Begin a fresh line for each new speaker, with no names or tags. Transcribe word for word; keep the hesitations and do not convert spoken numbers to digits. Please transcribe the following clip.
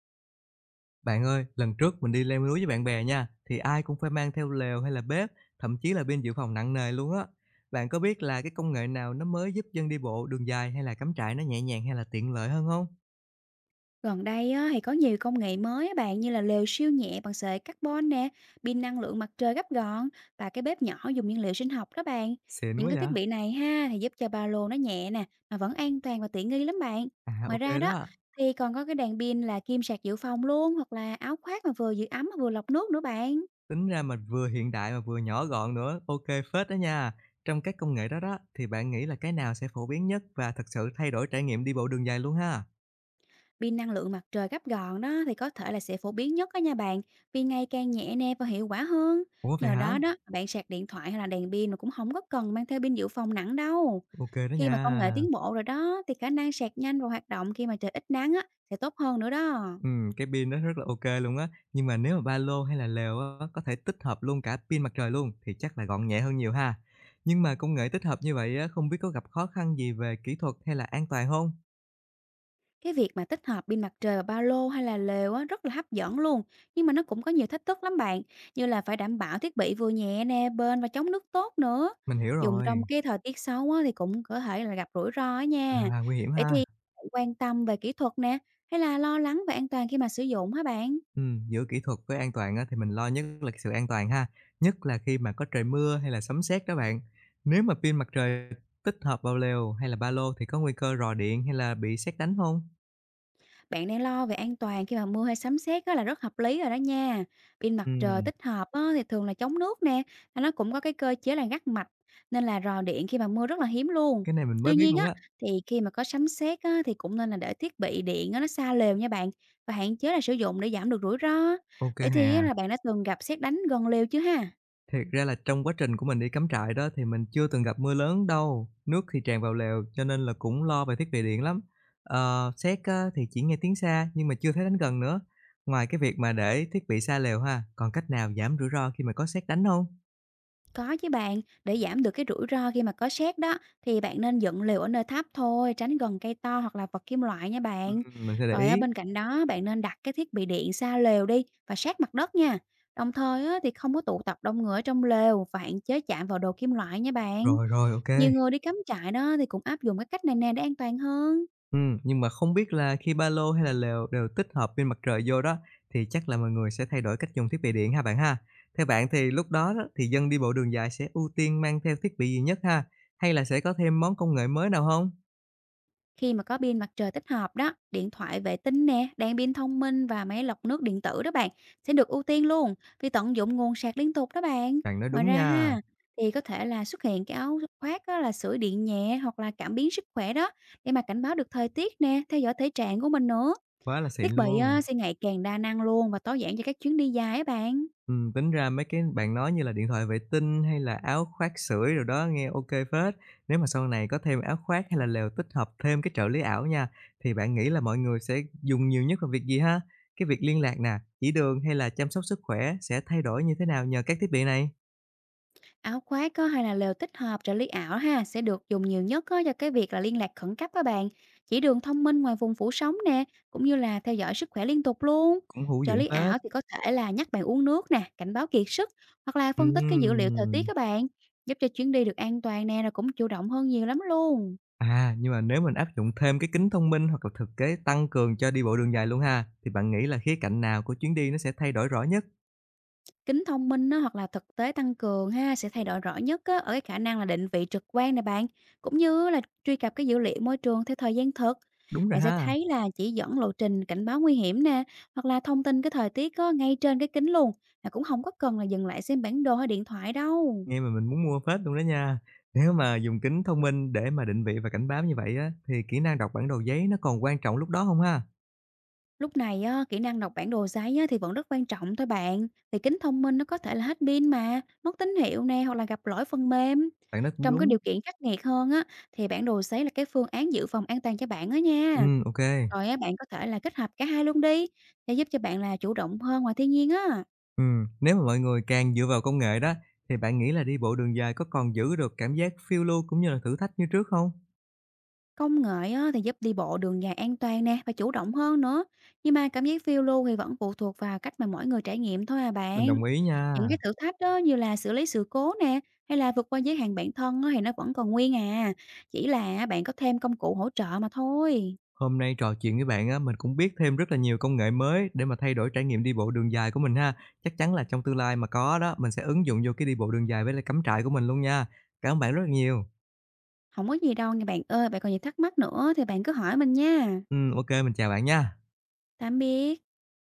Bạn ơi, lần trước mình đi leo núi với bạn bè nha, thì ai cũng phải mang theo lều hay là bếp, thậm chí là pin dự phòng nặng nề luôn á. Bạn có biết là cái công nghệ nào nó mới giúp dân đi bộ đường dài hay là cắm trại nó nhẹ nhàng hay là tiện lợi hơn không?
Gần đây á, thì có nhiều công nghệ mới á bạn, như là lều siêu nhẹ bằng sợi carbon nè, pin năng lượng mặt trời gấp gọn và cái bếp nhỏ dùng nguyên liệu sinh học đó bạn.
Xịn
Những
quá
cái
vậy.
thiết bị này ha thì giúp cho ba lô nó nhẹ nè, mà vẫn an toàn và tiện nghi lắm bạn.
À
Ngoài
ok
ra đó
đó,
thì còn có cái đèn pin là kim sạc dự phòng luôn, hoặc là áo khoác mà vừa giữ ấm mà vừa lọc nước nữa bạn.
tính ra mình vừa hiện đại mà vừa nhỏ gọn nữa, ok phết đó nha. Trong các công nghệ đó đó, thì bạn nghĩ là cái nào sẽ phổ biến nhất và thật sự thay đổi trải nghiệm đi bộ đường dài luôn ha?
Pin năng lượng mặt trời gấp gọn đó thì có thể là sẽ phổ biến nhất đó nha bạn, vì ngày càng nhẹ nè và hiệu quả hơn.
Ủa vậy
Nhờ
hả?
đó đó, bạn sạc điện thoại hay là đèn pin mà cũng không có cần mang theo pin dự phòng nặng đâu.
Ok đó
Khi mà công nghệ
nha.
tiến bộ rồi đó, thì khả năng sạc nhanh và hoạt động khi mà trời ít nắng á sẽ tốt hơn nữa đó.
Ừm, cái pin nó rất là ok luôn á, nhưng mà nếu mà ba lô hay là lều á, có thể tích hợp luôn cả pin mặt trời luôn thì chắc là gọn nhẹ hơn nhiều ha. Nhưng mà công nghệ tích hợp như vậy á, không biết có gặp khó khăn gì về kỹ thuật hay là an toàn không?
Cái việc mà tích hợp pin mặt trời vào ba lô hay là lều á, rất là hấp dẫn luôn, nhưng mà nó cũng có nhiều thách thức lắm bạn, như là phải đảm bảo thiết bị vừa nhẹ nè, bền và chống nước tốt nữa.
Mình hiểu
Dùng trong
rồi,
cái thời tiết xấu á, thì cũng có thể là gặp rủi ro á nha.
à, nguy hiểm
Vậy
ha.
thì bạn quan tâm về kỹ thuật nè, hay là lo lắng về an toàn khi mà sử dụng hả bạn?
Ừm, giữa kỹ thuật với an toàn á, thì mình lo nhất là sự an toàn ha, nhất là khi mà có trời mưa hay là sấm sét đó bạn. Nếu mà pin mặt trời tích hợp vào lều hay là ba lô thì có nguy cơ rò điện hay là bị sét đánh không?
Bạn đang lo về an toàn khi mà mua hay sắm sét á là rất hợp lý rồi đó nha. Pin mặt trời
Ừm,
tích hợp á thì thường là chống nước nè, và nó cũng có cái cơ chế là gắt mạch, nên là rò điện khi mà mưa rất là hiếm luôn.
cái này mình mới
Tuy
biết
nhiên á,
luôn á.
thì khi mà có sấm sét á, thì cũng nên là để thiết bị điện á, nó xa lều nha bạn, và hạn chế là sử dụng để giảm được rủi ro.
Ok
Vậy
nè.
thì á, là bạn đã từng gặp sét đánh gần lều chưa ha?
Thiệt ra là trong quá trình của mình đi cắm trại đó thì mình chưa từng gặp mưa lớn đâu, nước thì tràn vào lều cho nên là cũng lo về thiết bị điện lắm. Ờ, sét á, thì chỉ nghe tiếng xa nhưng mà chưa thấy đánh gần nữa. Ngoài cái việc mà để thiết bị xa lều ha, còn cách nào giảm rủi ro khi mà có sét đánh không?
Có chứ bạn, để giảm được cái rủi ro khi mà có sét đó, thì bạn nên dựng lều ở nơi thấp thôi, tránh gần cây to hoặc là vật kim loại nha
Ừm,
bạn.
mình sẽ để
Rồi á,
ý.
bên cạnh đó bạn nên đặt cái thiết bị điện xa lều đi và sát mặt đất nha. Đồng thời á, thì không có tụ tập đông người ở trong lều, và hạn chế chạm vào đồ kim loại nha bạn.
Rồi, rồi, ok.
Nhiều người đi cắm trại đó thì cũng áp dụng cái cách này nè để an toàn hơn.
Ừm, nhưng mà không biết là khi ba lô hay là lều đều tích hợp pin mặt trời vô đó, thì chắc là mọi người sẽ thay đổi cách dùng thiết bị điện ha bạn ha? Theo bạn thì lúc đó đó, thì dân đi bộ đường dài sẽ ưu tiên mang theo thiết bị gì nhất ha? Hay là sẽ có thêm món công nghệ mới nào không?
Khi mà có pin mặt trời tích hợp đó, điện thoại vệ tinh nè, đèn pin thông minh và máy lọc nước điện tử đó bạn sẽ được ưu tiên luôn, vì tận dụng nguồn sạc liên tục đó bạn.
Bạn nói
Ngoài
đúng
ra
nha,
ha, thì có thể là xuất hiện cái áo khoác á, là sưởi điện nhẹ hoặc là cảm biến sức khỏe đó, để mà cảnh báo được thời tiết nè, theo dõi thể trạng của mình nữa.
quá là xịn
Thiết bị
luôn.
á, sẽ ngày càng đa năng luôn và tối giản cho các chuyến đi dài á bạn.
Ừm, tính ra mấy cái bạn nói như là điện thoại vệ tinh hay là áo khoác sưởi rồi đó nghe ok kê phết. Nếu mà sau này có thêm áo khoác hay là lều tích hợp thêm cái trợ lý ảo nha, thì bạn nghĩ là mọi người sẽ dùng nhiều nhất vào việc gì ha? Cái việc liên lạc nè, chỉ đường hay là chăm sóc sức khỏe sẽ thay đổi như thế nào nhờ các thiết bị này?
Áo khoác có hay là lều tích hợp trợ lý ảo ha sẽ được dùng nhiều nhất á, cho cái việc là liên lạc khẩn cấp các bạn. Chỉ đường thông minh ngoài vùng phủ sóng nè, cũng như là theo dõi sức khỏe liên tục luôn.
Cũng hữu
Trợ
dụng
lý
phết.
ảo thì có thể là nhắc bạn uống nước nè, cảnh báo kiệt sức, hoặc là phân tích cái dữ liệu thời tiết
Ừm.
các bạn, giúp cho chuyến đi được an toàn nè, rồi cũng chủ động hơn nhiều lắm luôn.
À, nhưng mà nếu mình áp dụng thêm cái kính thông minh hoặc là thực tế tăng cường cho đi bộ đường dài luôn ha, thì bạn nghĩ là khía cạnh nào của chuyến đi nó sẽ thay đổi rõ nhất?
Kính thông minh á, hoặc là thực tế tăng cường ha sẽ thay đổi rõ nhất á, ở cái khả năng là định vị trực quan này bạn, cũng như là truy cập cái dữ liệu môi trường theo thời gian thực.
Đúng rồi
Bạn sẽ
ha.
thấy là chỉ dẫn lộ trình, cảnh báo nguy hiểm nè, hoặc là thông tin cái thời tiết có ngay trên cái kính luôn, là cũng không có cần là dừng lại xem bản đồ hay điện thoại đâu.
Nghe mà mình muốn mua phết luôn đó nha. Nếu mà dùng kính thông minh để mà định vị và cảnh báo như vậy á, thì kỹ năng đọc bản đồ giấy nó còn quan trọng lúc đó không ha?
Lúc này á, kỹ năng đọc bản đồ giấy á, thì vẫn rất quan trọng thôi bạn. Vì kính thông minh nó có thể là hết pin mà, mất tín hiệu nè, hoặc là gặp lỗi phần mềm.
Bạn nói cũng
Trong cái
đúng.
điều kiện khắc nghiệt hơn á, thì bản đồ giấy là cái phương án dự phòng an toàn cho bạn đó
Ừ,
nha.
ok. Ừ,
Rồi á, bạn có thể là kết hợp cả hai luôn đi, để giúp cho bạn là chủ động hơn ngoài thiên nhiên á.
nếu mà mọi người càng dựa vào công nghệ đó, thì bạn nghĩ là đi bộ đường dài có còn giữ được cảm giác phiêu lưu cũng như là thử thách như trước không?
Công nghệ á, thì giúp đi bộ đường dài an toàn nè và chủ động hơn nữa. Nhưng mà cảm giác phiêu lưu thì vẫn phụ thuộc vào cách mà mỗi người trải nghiệm thôi à
Mình
bạn.
đồng ý
Những
nha.
cái thử thách đó như là xử lý sự cố nè, hay là vượt qua giới hạn bản thân á thì nó vẫn còn nguyên à, chỉ là bạn có thêm công cụ hỗ trợ mà thôi.
Hôm nay trò chuyện với bạn á, mình cũng biết thêm rất là nhiều công nghệ mới để mà thay đổi trải nghiệm đi bộ đường dài của mình ha. Chắc chắn là trong tương lai mà có đó, mình sẽ ứng dụng vô cái đi bộ đường dài với lại cắm trại của mình luôn nha. Cảm ơn bạn rất là nhiều.
Không có gì đâu nha bạn ơi, bạn còn gì thắc mắc nữa thì bạn cứ hỏi mình nha.
Ừ, ok, mình chào bạn nha.
Tạm biệt.